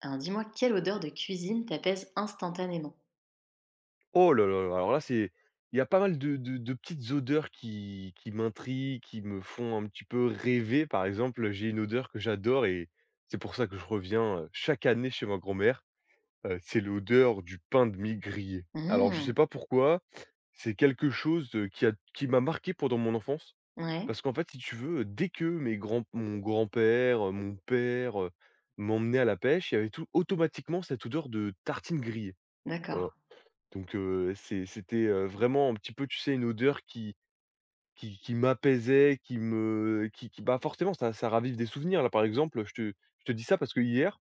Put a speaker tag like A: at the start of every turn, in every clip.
A: Alors dis-moi, quelle odeur de cuisine t'apaise instantanément?
B: Oh là là là, alors là, c'est il y a pas mal de petites odeurs qui m'intriguent, qui me font un petit peu rêver. Par exemple, j'ai une odeur que j'adore et c'est pour ça que je reviens, chaque année chez ma grand-mère, c'est l'odeur du pain de mie grillé. Alors je sais
A: Mmh.
B: pas pourquoi, c'est quelque chose, qui m'a marqué pendant mon enfance.
A: Ouais,
B: Parce qu'en fait, si tu veux, dès que mes grands mon grand-père, mon père, m'emmenaient à la pêche, il y avait tout automatiquement cette odeur de tartine grillée.
A: d'accord,
B: Voilà. Donc c'était, vraiment un petit peu, tu sais, une odeur qui m'apaisait, qui me qui bah, forcément ça ravive des souvenirs là. Par exemple, je te dis ça parce que hier,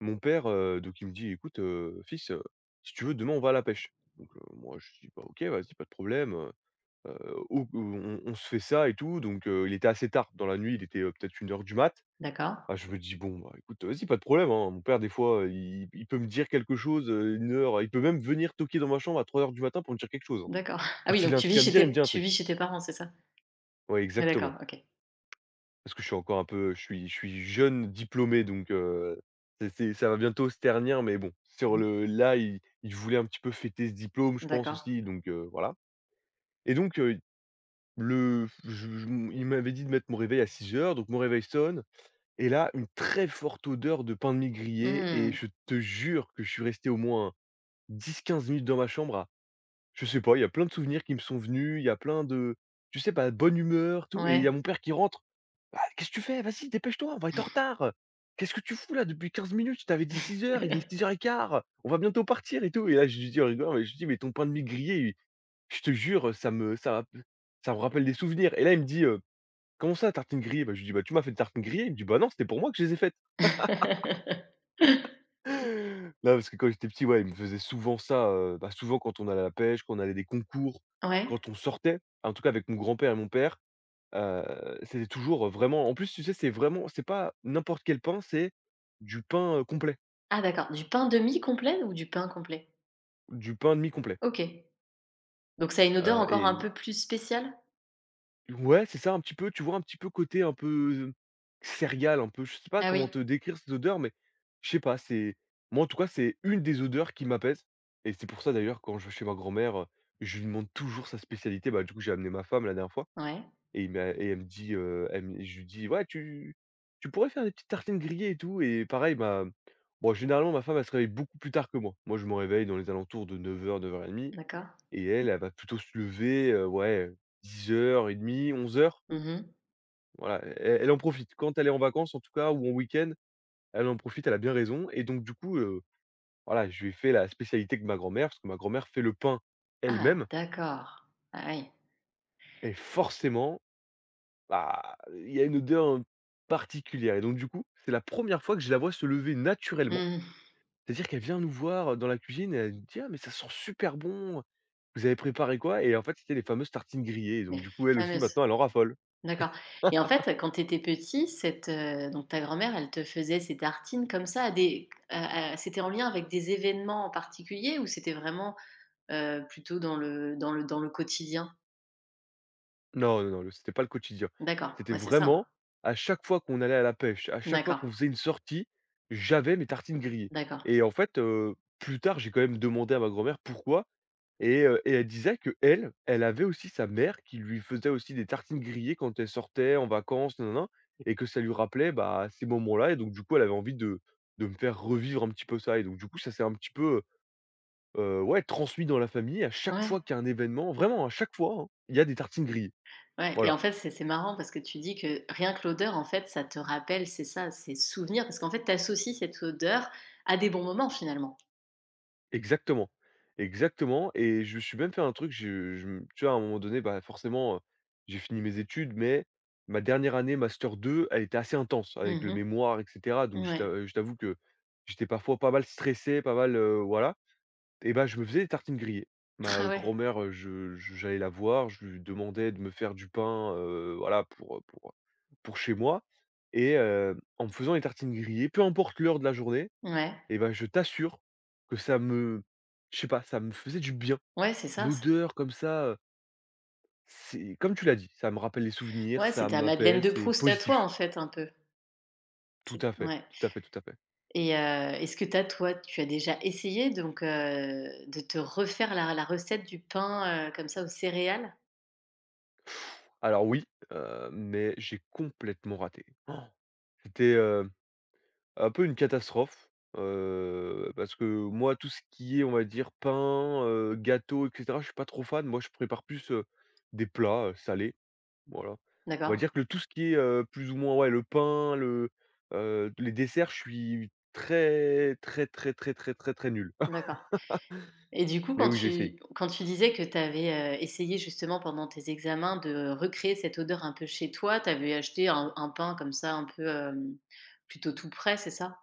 B: mon père, donc il me dit: «Écoute, fils, si tu veux demain on va à la pêche». Donc moi je dis: «Bah, OK, vas-y, pas de problème, au on se fait ça et tout», donc il était assez tard dans la nuit, il était, peut-être 1 heure du mat.
A: d'accord,
B: Ah, je me dis: «Bon, bah, écoute, vas-y, pas de problème, hein». Mon père, des fois, il peut me dire quelque chose, 1 heure, il peut même venir toquer dans ma chambre à 3 heures du matin pour me dire quelque chose, hein.
A: d'accord. Ah oui,
B: Quand il
A: donc
B: a un
A: tu
B: truc
A: vis
B: à me
A: chez
B: dire, il me
A: tes
B: dit un
A: tu
B: truc.
A: vis chez tes parents, c'est ça?
B: Ouais,
A: Ouais,
B: exactement.
A: d'accord, OK.
B: Parce que je suis encore un peu je suis jeune diplômé, donc c'est ça va bientôt se ternir, mais bon, sur le là, il voulait un petit peu fêter ce diplôme, je pense
A: D'accord.
B: aussi, donc voilà, et donc le je, mmh, il m'avait dit de mettre mon réveil à 6 heures. Donc mon réveil sonne. Et là, une très forte odeur de pain de mie grillé, et
A: Mmh.
B: je te jure que je suis resté au moins dix 15 minutes dans ma chambre à, je sais pas, il y a plein de souvenirs qui me sont venus, il y a plein de tu sais pas, bonne humeur, tout, et il
A: Ouais.
B: y a mon père qui rentre: «Ah, qu'est-ce que tu fais? Vas-y, dépêche-toi, on va être en retard. Qu'est-ce que tu fous là depuis 15 minutes? Je t'avais dit 6 heures, il est 6h15, on va bientôt partir et tout», et là, je lui dis en rigolant, mais je lui dis: «Mais ton pain de mie grillé, je te jure, ça me rappelle des souvenirs», et là, il me dit: «Comment ça, tartines grillées?» Bah, je lui dis: «Bah, tu m'as fait une tartines grillées». Il me dit: «Bah non, c'était pour moi que je les ai faites». Non, parce que quand j'étais petit, ouais, il me faisait souvent ça, bah, souvent quand on allait à la pêche, quand on allait à des concours,
A: Ouais.
B: quand on sortait, en tout cas avec mon grand-père et mon père, c'était toujours, vraiment, en plus, tu sais, c'est pas n'importe quel pain, c'est du pain, complet,
A: Ah d'accord, du pain demi complet ou du pain complet?
B: du pain demi complet,
A: OK. Donc ça a une odeur
B: heu
A: encore un
B: et
A: peu plus spéciale?
B: Ouais, c'est ça, un petit peu, tu vois, un petit peu côté un peu céréales, un peu, je sais pas
A: Ah
B: comment
A: oui.
B: te décrire cette odeur, mais je sais pas, c'est moi en tout cas, c'est une des odeurs qui m'apaise. Et c'est pour ça d'ailleurs, quand je vais chez ma grand-mère, je lui demande toujours sa spécialité. Bah, du coup, j'ai amené ma femme la dernière fois,
A: Ouais,
B: et il m'a et elle me dit, elle me je lui dis: «Ouais, tu pourrais faire des petites tartines grillées et tout», et pareil, ma bon, généralement, ma femme, elle se réveille beaucoup plus tard que moi. Moi, je me réveille dans les alentours de 9h-9h30,
A: d'accord.
B: et elle, elle va plutôt se lever, ouais, 10h30, 11h,
A: Mmh.
B: voilà. E elle en profite. Quand elle est en vacances, en tout cas, ou en week-end, elle en profite, elle a bien raison, et donc du coup, voilà, je lui ai fait la spécialité de ma grand-mère, parce que ma grand-mère fait le pain
A: Ah
B: elle-même,
A: d'accord. Ah oui.
B: et forcément, bah, il y a une odeur, particulière, et donc du coup, c'est la première fois que je la vois se lever naturellement.
A: Mmh.
B: C'est-à-dire qu'elle vient nous voir dans la cuisine et elle nous dit: «Ah mais ça sent super bon, vous avez préparé quoi?», et en fait, c'était les fameuses tartines grillées, et donc
A: Les
B: du coup, elle aussi
A: fameuses.
B: maintenant, elle en raffole.
A: D'accord, et en fait, quand tu étais petit, cette, donc ta grand-mère, elle te faisait ces tartines comme ça à des à c'était en lien avec des événements en particulier, ou c'était vraiment, plutôt dans le quotidien?
B: Non, non, non, le c'était pas le quotidien.
A: D'accord,
B: C'était
A: ouais, c'est
B: vraiment
A: ça.
B: à chaque fois qu'on allait à la pêche, à chaque fois
A: D'accord,
B: qu'on faisait une sortie, j'avais mes tartines grillées,
A: d'accord.
B: et en fait, plus tard, j'ai quand même demandé à ma grand-mère pourquoi. Et elle disait que elle avait aussi sa mère qui lui faisait aussi des tartines grillées quand elle sortait en vacances, nin nin et que ça lui rappelait, bah, ces moments-là, et donc du coup, elle avait envie de me faire revivre un petit peu ça, et donc du coup, ça s'est un petit peu, ouais, transmis dans la famille. À chaque
A: Ouais,
B: fois qu'il y a un événement, vraiment à chaque fois, hein, il y a des tartines grillées.
A: ouais, et
B: Voilà.
A: en fait, c'est marrant parce que tu dis que rien que l'odeur, en fait, ça te rappelle, c'est ça, ces souvenirs, parce qu'en fait, tu associes cette odeur à des bons moments, finalement?
B: Exactement, exactement, et je me suis même fait un truc, je me tu vois, à un moment donné, bah, forcément, j'ai fini mes études, mais ma dernière année master 2, elle était assez intense avec le
A: Mmh.
B: mémoire et cetera, donc
A: Ouais.
B: je t'avoue que j'étais parfois pas mal stressé, pas mal, voilà, et bah, je me faisais des tartines grillées. Ma
A: Ah ouais.
B: grand-mère, je j'allais la voir, je lui demandais de me faire du pain, voilà, pour, chez moi, et en me faisant des tartines grillées, peu importe l'heure de la journée,
A: Ouais.
B: et ben je t'assure que ça me je sais pas, ça me faisait du bien.
A: Ouais, c'est ça, c
B: L'odeur comme ça, c'est comme tu l'as dit, ça me rappelle les souvenirs,
A: ouais,
B: ça
A: c'était à Madeleine
B: m'apaise,
A: de
B: c'est
A: Proust à toi,
B: positif.
A: en fait, un peu?
B: Tout
A: C'est
B: à fait,
A: ouais,
B: tout à fait, tout à fait.
A: et est-ce que tu as toi, tu as déjà essayé donc de te refaire la recette du pain, comme ça aux céréales?
B: Alors oui, mais j'ai complètement raté. Oh. C'était, un peu une catastrophe, parce que moi, tout ce qui est, on va dire, pain, gâteau et cetera, je suis pas trop fan. Moi, je prépare plus, des plats, salés. Voilà. On va
A: D'accord,
B: dire que le tout ce qui est, plus ou moins, ouais, le pain, les desserts, je suis très, très, très, très, très, très, très nul.
A: d'accord, et du coup,
B: Mais oui, j'ai essayé.
A: quand tu disais que tu avais, essayé justement pendant tes examens de recréer cette odeur un peu chez toi, tu avais acheté un pain comme ça un peu, plutôt tout prêt, c'est ça?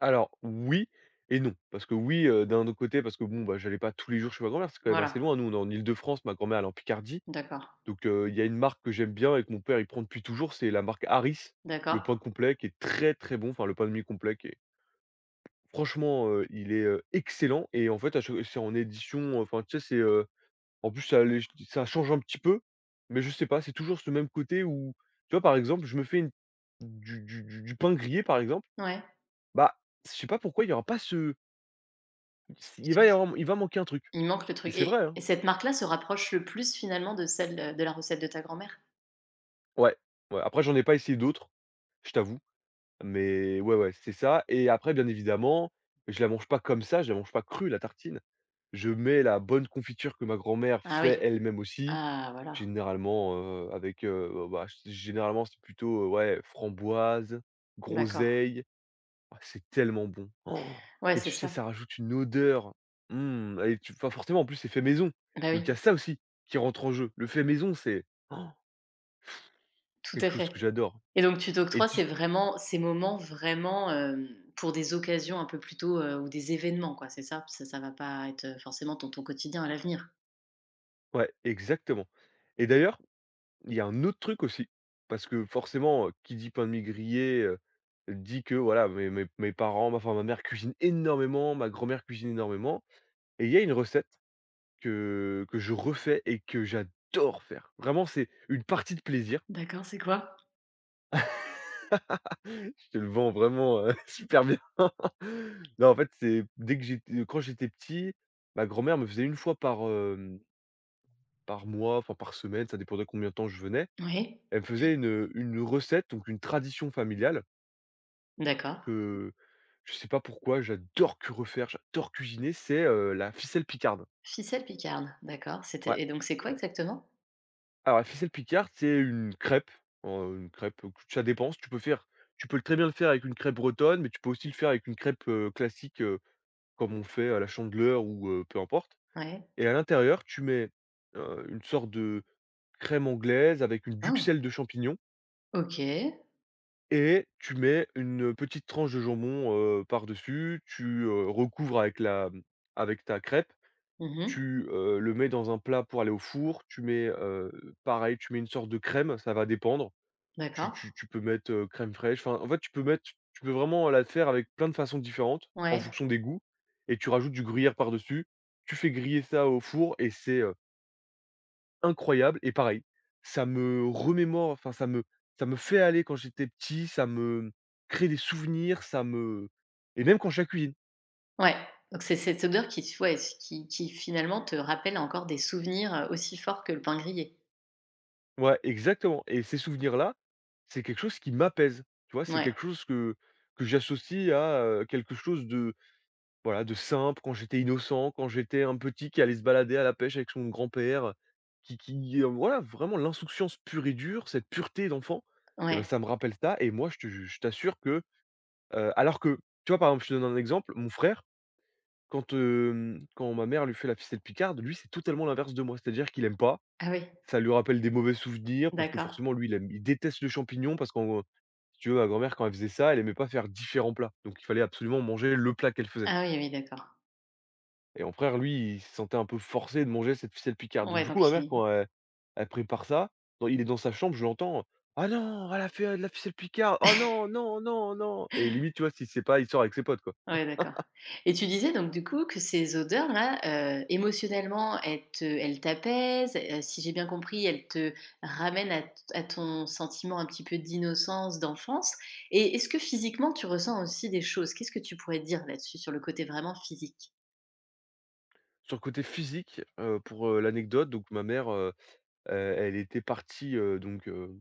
B: Alors oui et non, parce que oui, d'un autre côté, parce que bon, bah, j'allais pas tous les jours chez ma grand-mère, c'est quand même assez
A: Voilà,
B: loin. Nous, on est en Île-de-France, ma grand-mère, elle est en Picardie,
A: d'accord,
B: donc il y a une marque que j'aime bien et que mon père, il prend depuis toujours, c'est la marque Harris, le
A: d'accord.
B: pain complet qui est très, très bon, enfin le pain de mie complet qui est franchement, il est, excellent, et en fait, à chaque c'est en édition, enfin, tu sais. En plus, ça change un petit peu, mais je sais pas, c'est toujours ce même côté où, tu vois, par exemple, je me fais une du pain grillé, par exemple,
A: Ouais,
B: bah, je sais pas pourquoi il y aura pas ce si, il va manquer un truc,
A: il manque le
B: et
A: truc,
B: c'est vrai, hein.
A: et cette marque-là se rapproche le plus finalement de celle, de la recette de ta grand-mère?
B: Ouais, ouais, après j'en ai pas essayé d'autres, je t'avoue, mais ouais, ouais, c'est ça, et après, bien évidemment, je la mange pas comme ça, je la mange pas crue, la tartine. Je mets la bonne confiture que ma grand-mère
A: Ah oui,
B: fait elle-même aussi.
A: ah voilà.
B: Généralement, avec, bah, c généralement, c'est plutôt, ouais, framboise,
A: D'accord.
B: groseille. Ah, c'est tellement bon. Oh.
A: Ouais,
B: Et
A: c'est
B: tu sais,
A: ça.
B: ça rajoute une odeur. Mmh, et tu enfin, forcément, en plus, c'est fait maison.
A: Bah,
B: Donc il
A: oui,
B: y a ça aussi qui rentre en jeu. Le fait maison, c'est, oh,
A: tout
B: quelque
A: à
B: chose que
A: fait,
B: j'adore.
A: et donc tu
B: Et
A: t'octroies,
B: tu
A: c'est vraiment ces moments vraiment, pour des occasions un peu plutôt, ou des événements quoi, c'est ça? Ça va pas être, forcément ton quotidien à l'avenir?
B: ouais, exactement. Et d'ailleurs, il y a un autre truc aussi, parce que forcément, qui dit pain de mie grillé, dit que voilà, mes parents, enfin, ma mère cuisine énormément, ma grand-mère cuisine énormément. Et il y a une recette que je refais et que j'adore faire. Vraiment, c'est une partie de plaisir.
A: D'accord, c'est quoi?
B: Je te le vends vraiment, super bien. Non, en fait, c'est dès que j'étais quand j'étais petit, ma grand-mère me faisait une fois par mois, enfin par semaine, ça dépendait combien de temps je venais.
A: Oui,
B: Elle me faisait une recette, donc une tradition familiale
A: d'accord.
B: que je sais pas pourquoi, j'adore que refaire, j'adore cuisiner, c'est, la ficelle picarde.
A: Ficelle picarde, d'accord,
B: Ouais.
A: c'était, et donc c'est quoi exactement?
B: Alors la ficelle picarde, c'est une crêpe, ça dépend, si tu peux faire tu peux très bien le faire avec une crêpe bretonne, mais tu peux aussi le faire avec une crêpe, classique, comme on fait à la Chandeleur ou peu importe.
A: Ouais.
B: Et à l'intérieur, tu mets, une sorte de crème anglaise avec une
A: Ah!
B: duxelle de champignons
A: OK.
B: et tu mets une petite tranche de jambon, par-dessus. Tu recouvres avec avec ta crêpe.
A: Mmh.
B: Tu le mets dans un plat pour aller au four. Tu mets, pareil, tu mets une sorte de crème, ça va dépendre. Tu
A: D'accord.
B: tu tu peux mettre, crème fraîche, enfin, en fait, tu peux vraiment la faire avec plein de façons différentes, en
A: Ouais.
B: fonction des goûts, et tu rajoutes du gruyère par-dessus. Tu fais griller ça au four et c'est, incroyable. Et pareil, ça me remémore, enfin, ça me fait aller quand j'étais petit, ça me crée des souvenirs, ça me, et même quand je la cuisine.
A: Ouais, donc c'est cette odeur qui, ouais, qui finalement te rappelle encore des souvenirs, aussi forts que le pain grillé?
B: Ouais, exactement. Et ces souvenirs-là, c'est quelque chose qui m'apaise, tu vois? C'est
A: Ouais,
B: quelque chose que j'associe à, quelque chose de, voilà, de simple, quand j'étais innocent, quand j'étais un petit qui allait se balader à la pêche avec son grand-père, voilà, vraiment l'insouciance pure et dure, cette pureté d'enfant, et ben
A: ouais.
B: ça me rappelle ça. Et moi, je t'assure que, alors que, tu vois, par exemple, je te donne un exemple, mon frère, quand ma mère lui fait la ficelle picarde, lui, c'est totalement l'inverse de moi. C'est-à-dire qu'il aime pas,
A: Ah oui.
B: ça lui rappelle des mauvais souvenirs, parce que
A: D'accord.
B: forcément lui, il déteste le champignon, parce qu'en, si tu veux, ma grand-mère, quand elle faisait ça, elle aimait pas faire différents plats. Donc il fallait absolument manger le plat qu'elle faisait.
A: Ah oui, oui, d'accord.
B: Et mon frère, lui, il se sentait un peu forcé de manger cette ficelle picarde. Donc
A: Ouais,
B: du coup, ma
A: donc
B: mère,
A: il,
B: quand elle elle prépare ça, quand il est dans sa chambre, je l'entends: «Ah non, elle a fait, de la ficelle picarde. Oh non, non, non, non!» Et limite, tu vois, s'il sait pas, il sort avec ses potes, quoi.
A: ouais, d'accord. Et tu disais donc du coup que ces odeurs-là, émotionnellement, elles te elles t'apaisent, si j'ai bien compris, elles te ramènent à t à ton sentiment un petit peu d'innocence, d'enfance, et est-ce que physiquement tu ressens aussi des choses? Qu'est-ce que tu pourrais dire là-dessus, sur le côté vraiment physique?
B: Sur le côté physique, pour, l'anecdote, donc ma mère, elle était partie, heu, donc heu,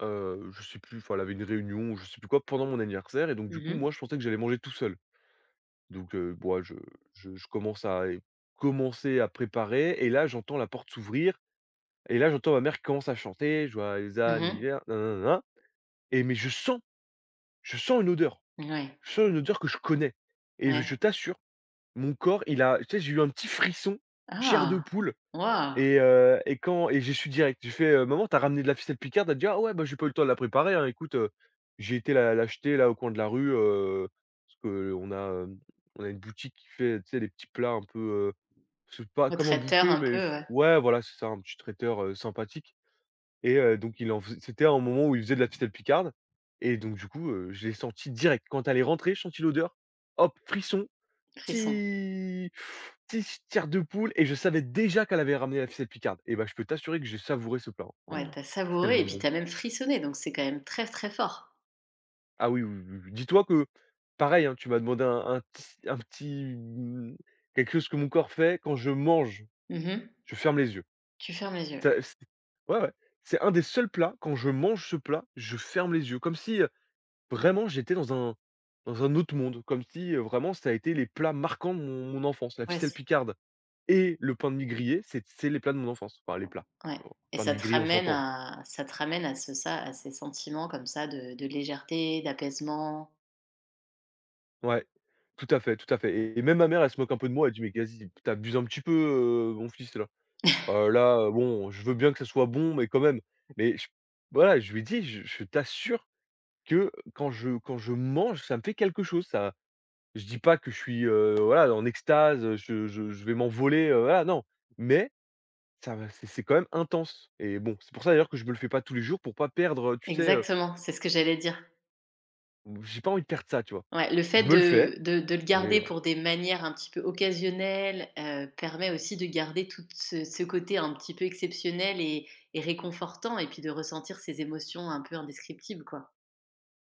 B: heu, je sais plus, enfin, elle avait une réunion je sais plus quoi pendant mon anniversaire, et donc du coup,
A: Mhm,
B: moi, je pensais que j'allais manger tout seul. Donc bon, ouais, je commence à commencer à préparer. Et là, j'entends la porte s'ouvrir. Et là, j'entends ma mère qui commence à chanter, je vois les
A: mhm.
B: anniversaires, nananana, et mais je sens une odeur.
A: Ouais,
B: Je sens une odeur que je connais, et je
A: ouais.
B: t'assure, mon corps, il a tu sais, j'ai eu un petit frisson, chair de
A: Ah!
B: poule.
A: Waouh!
B: Et quand, et j'ai su direct. J'ai fait, «Maman, t'as ramené de la ficelle picarde?» Elle dit: «Ah ouais, bah, j'ai pas eu le temps de la préparer, hein, écoute, j'ai été la l'acheter là au coin de la rue, parce qu'on a, on a une boutique qui fait, tu sais, les petits plats un peu, c'est pas comme
A: Votre
B: un
A: hauteur
B: boucher
A: un
B: mais
A: peu,
B: ch».
A: ouais,
B: Ouais, voilà, c'est ça, un petit traiteur, sympathique. Et donc il en fais c'était un moment où il faisait de la petite picarde. Et donc du coup, je l'ai senti direct. Quand elle est rentrée, je sentis l'odeur, hop, frisson,
A: frisson.
B: petit petit s de poule, et je savais déjà qu'elle avait ramené la ficelle picarde. Et bah, je peux t'assurer que j'ai savouré ce plat, hein.
A: Ouais,
B: Oh,
A: t'as
B: c'est
A: savouré
B: tellement
A: et puis
B: bon.
A: t'as même frissonné, donc c'est quand même très, très fort.
B: Ah oui, oui, oui, oui. Dis-toi que pareil, hein, tu m'as demandé un petit un petit, mmh, quelque chose que mon corps fait, quand je mange,
A: Mmh mh.
B: je ferme les yeux.
A: Tu fermes les yeux.
B: Ça c'est, ouais, ouais, c'est un des seuls plats, quand je mange ce plat, je ferme les yeux comme si, vraiment, j'étais dans un, autre monde, comme si, vraiment ça a été les plats marquants de mon enfance. La
A: Ouais,
B: ficelle
A: c
B: picarde et le pain de mie grillé, c'est les plats de mon enfance. Enfin les plats,
A: ouais,
B: heu,
A: et
B: pain de
A: ça
B: mie
A: te
B: grillé, on
A: ramène
B: s'entend.
A: à ça te ramène à ce ça à ces sentiments comme ça de légèreté, d'apaisement.
B: Ouais, tout à fait, tout à fait. Et même ma mère, elle se moque un peu de moi, elle dit: «Mais vas-y, tu un petit peu, mon fils là. Là, bon, je veux bien que ça soit bon, mais quand même». Mais je, voilà, je lui ai dit: «Je t'assure que quand je mange, ça me fait quelque chose, ça». Je dis pas que je suis, voilà, en extase, je vais m'envoler, voilà, non. Mais ça va c'est quand même intense. Et bon, c'est pour ça d'ailleurs que je me le fais pas tous les jours, pour pas perdre, tu sais,
A: Exactement, c'est ce que j'allais dire.
B: j'ai pas envie de perdre ça, tu vois?
A: Ouais, le fait
B: Je me le fais,
A: de de le
B: mais
A: garder
B: voilà.
A: pour des manières un petit peu occasionnelles, permet aussi de garder tout ce côté un petit peu exceptionnel, et réconfortant, et puis de ressentir ces émotions un peu indescriptibles, quoi.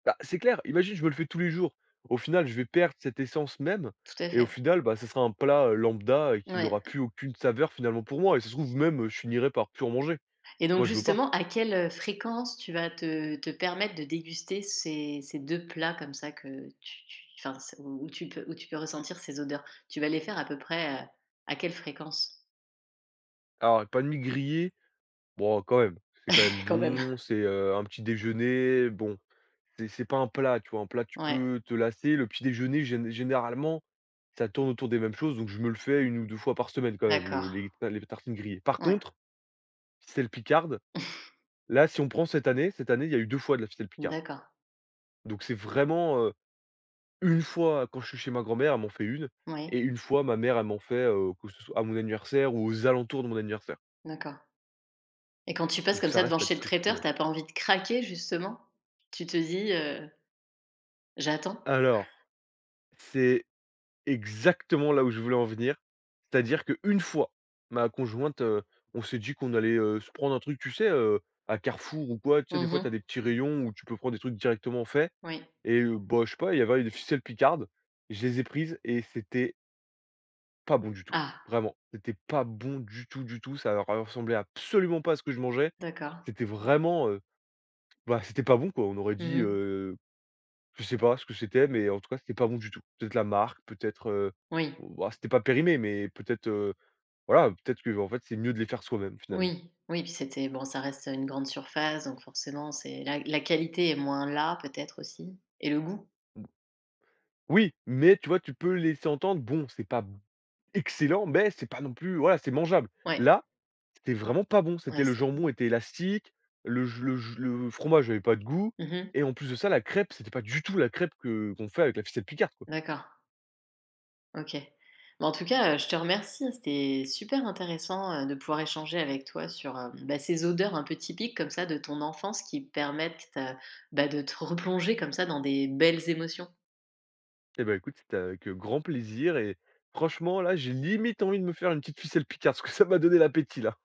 B: Bah, c'est clair, imagine, je me le fais tous les jours. Au final, je vais perdre cette essence même,
A: Tout à
B: et au
A: fait.
B: final, bah, ça sera un plat, lambda, et qui n'aura
A: Ouais.
B: plus aucune saveur finalement pour moi, et ça se trouve même, je finirai par plus en manger.
A: Et donc
B: Moi, je veux pas.
A: justement, à quelle, fréquence tu vas te permettre de déguster ces 2 plats comme ça que tu enfin c où où tu peux ressentir ces odeurs? Tu vas les faire à peu près, à quelle fréquence?
B: Alors, les panini grillé, bon, quand même, c'est quand même
A: Quand même.
B: bon, c'est, un petit déjeuner, bon. C'est pas un plat, tu vois? Un plat, tu
A: Ouais,
B: peux te lasser. Le petit déjeuner, généralement, ça tourne autour des mêmes choses, donc je me le fais une ou 2 fois par semaine quand même, le
A: d'accord.
B: les ta les tartines grillées. Par
A: Ouais.
B: contre, ficelle picarde, là, si on prend cette année, il y a eu 2 fois de la ficelle picarde.
A: D'accord.
B: Donc c'est vraiment, une fois quand je suis chez ma grand-mère, elle m'en fait une,
A: Oui,
B: et une fois ma mère, elle m'en fait, que ce soit à mon anniversaire ou aux alentours de mon anniversaire.
A: d'accord. Et quand tu passes
B: Donc
A: comme
B: ça
A: ça devant
B: reste à
A: chez le
B: titre
A: traiteur,
B: exceptionnel.
A: t'as pas envie de craquer justement? Tu te dis, «J'attends».
B: Alors, c'est, exactement là où je voulais en venir. C'est-à-dire qu'une fois, ma conjointe, on s'est dit qu'on allait, se prendre un truc, tu sais, à Carrefour ou quoi, tu sais, des fois, tu
A: Mmh.
B: as des petits rayons où tu peux prendre des trucs directement faits.
A: Oui.
B: Et bah, je sais pas, il y avait des ficelles picardes. Je les ai prises et c'était pas bon du tout,
A: Ah
B: vraiment. C'était pas bon du tout, du tout. Ça ressemblait absolument pas à ce que je mangeais.
A: d'accord.
B: C'était vraiment, bah, c'était pas bon, quoi. On aurait dit,
A: Mmh.
B: je sais pas ce que c'était, mais en tout cas, c'était pas bon du tout. Peut-être la marque, peut-être,
A: Oui.
B: bah, c'était pas périmé, mais peut-être, voilà, peut-être que en fait, c'est mieux de les faire soi-même finalement.
A: Oui, oui, puis c'était bon, ça reste une grande surface, donc forcément, c'est la qualité est moins là, peut-être aussi, et le goût?
B: Oui, mais tu vois, tu peux laisser entendre: «Bon, c'est pas excellent, mais c'est pas non plus, voilà, c'est mangeable».
A: Ouais,
B: Là, c'était vraiment pas bon. C'était
A: ouais,
B: le
A: c'était pas,
B: jambon était élastique, le fromage avait pas de goût,
A: mmh,
B: et en plus de ça, la crêpe, c'était pas du tout la crêpe que qu'on fait avec la ficelle Picard.
A: d'accord, OK. Mais en tout cas, je te remercie, hein, c'était super intéressant, de pouvoir échanger avec toi sur, bah, ces odeurs un peu typiques comme ça de ton enfance qui permettent, bah, de te replonger comme ça dans des belles émotions.
B: Eh ben écoute, c'était avec grand plaisir, et franchement là, j'ai limite envie de me faire une petite ficelle picarde, parce que ça m'a donné l'appétit là.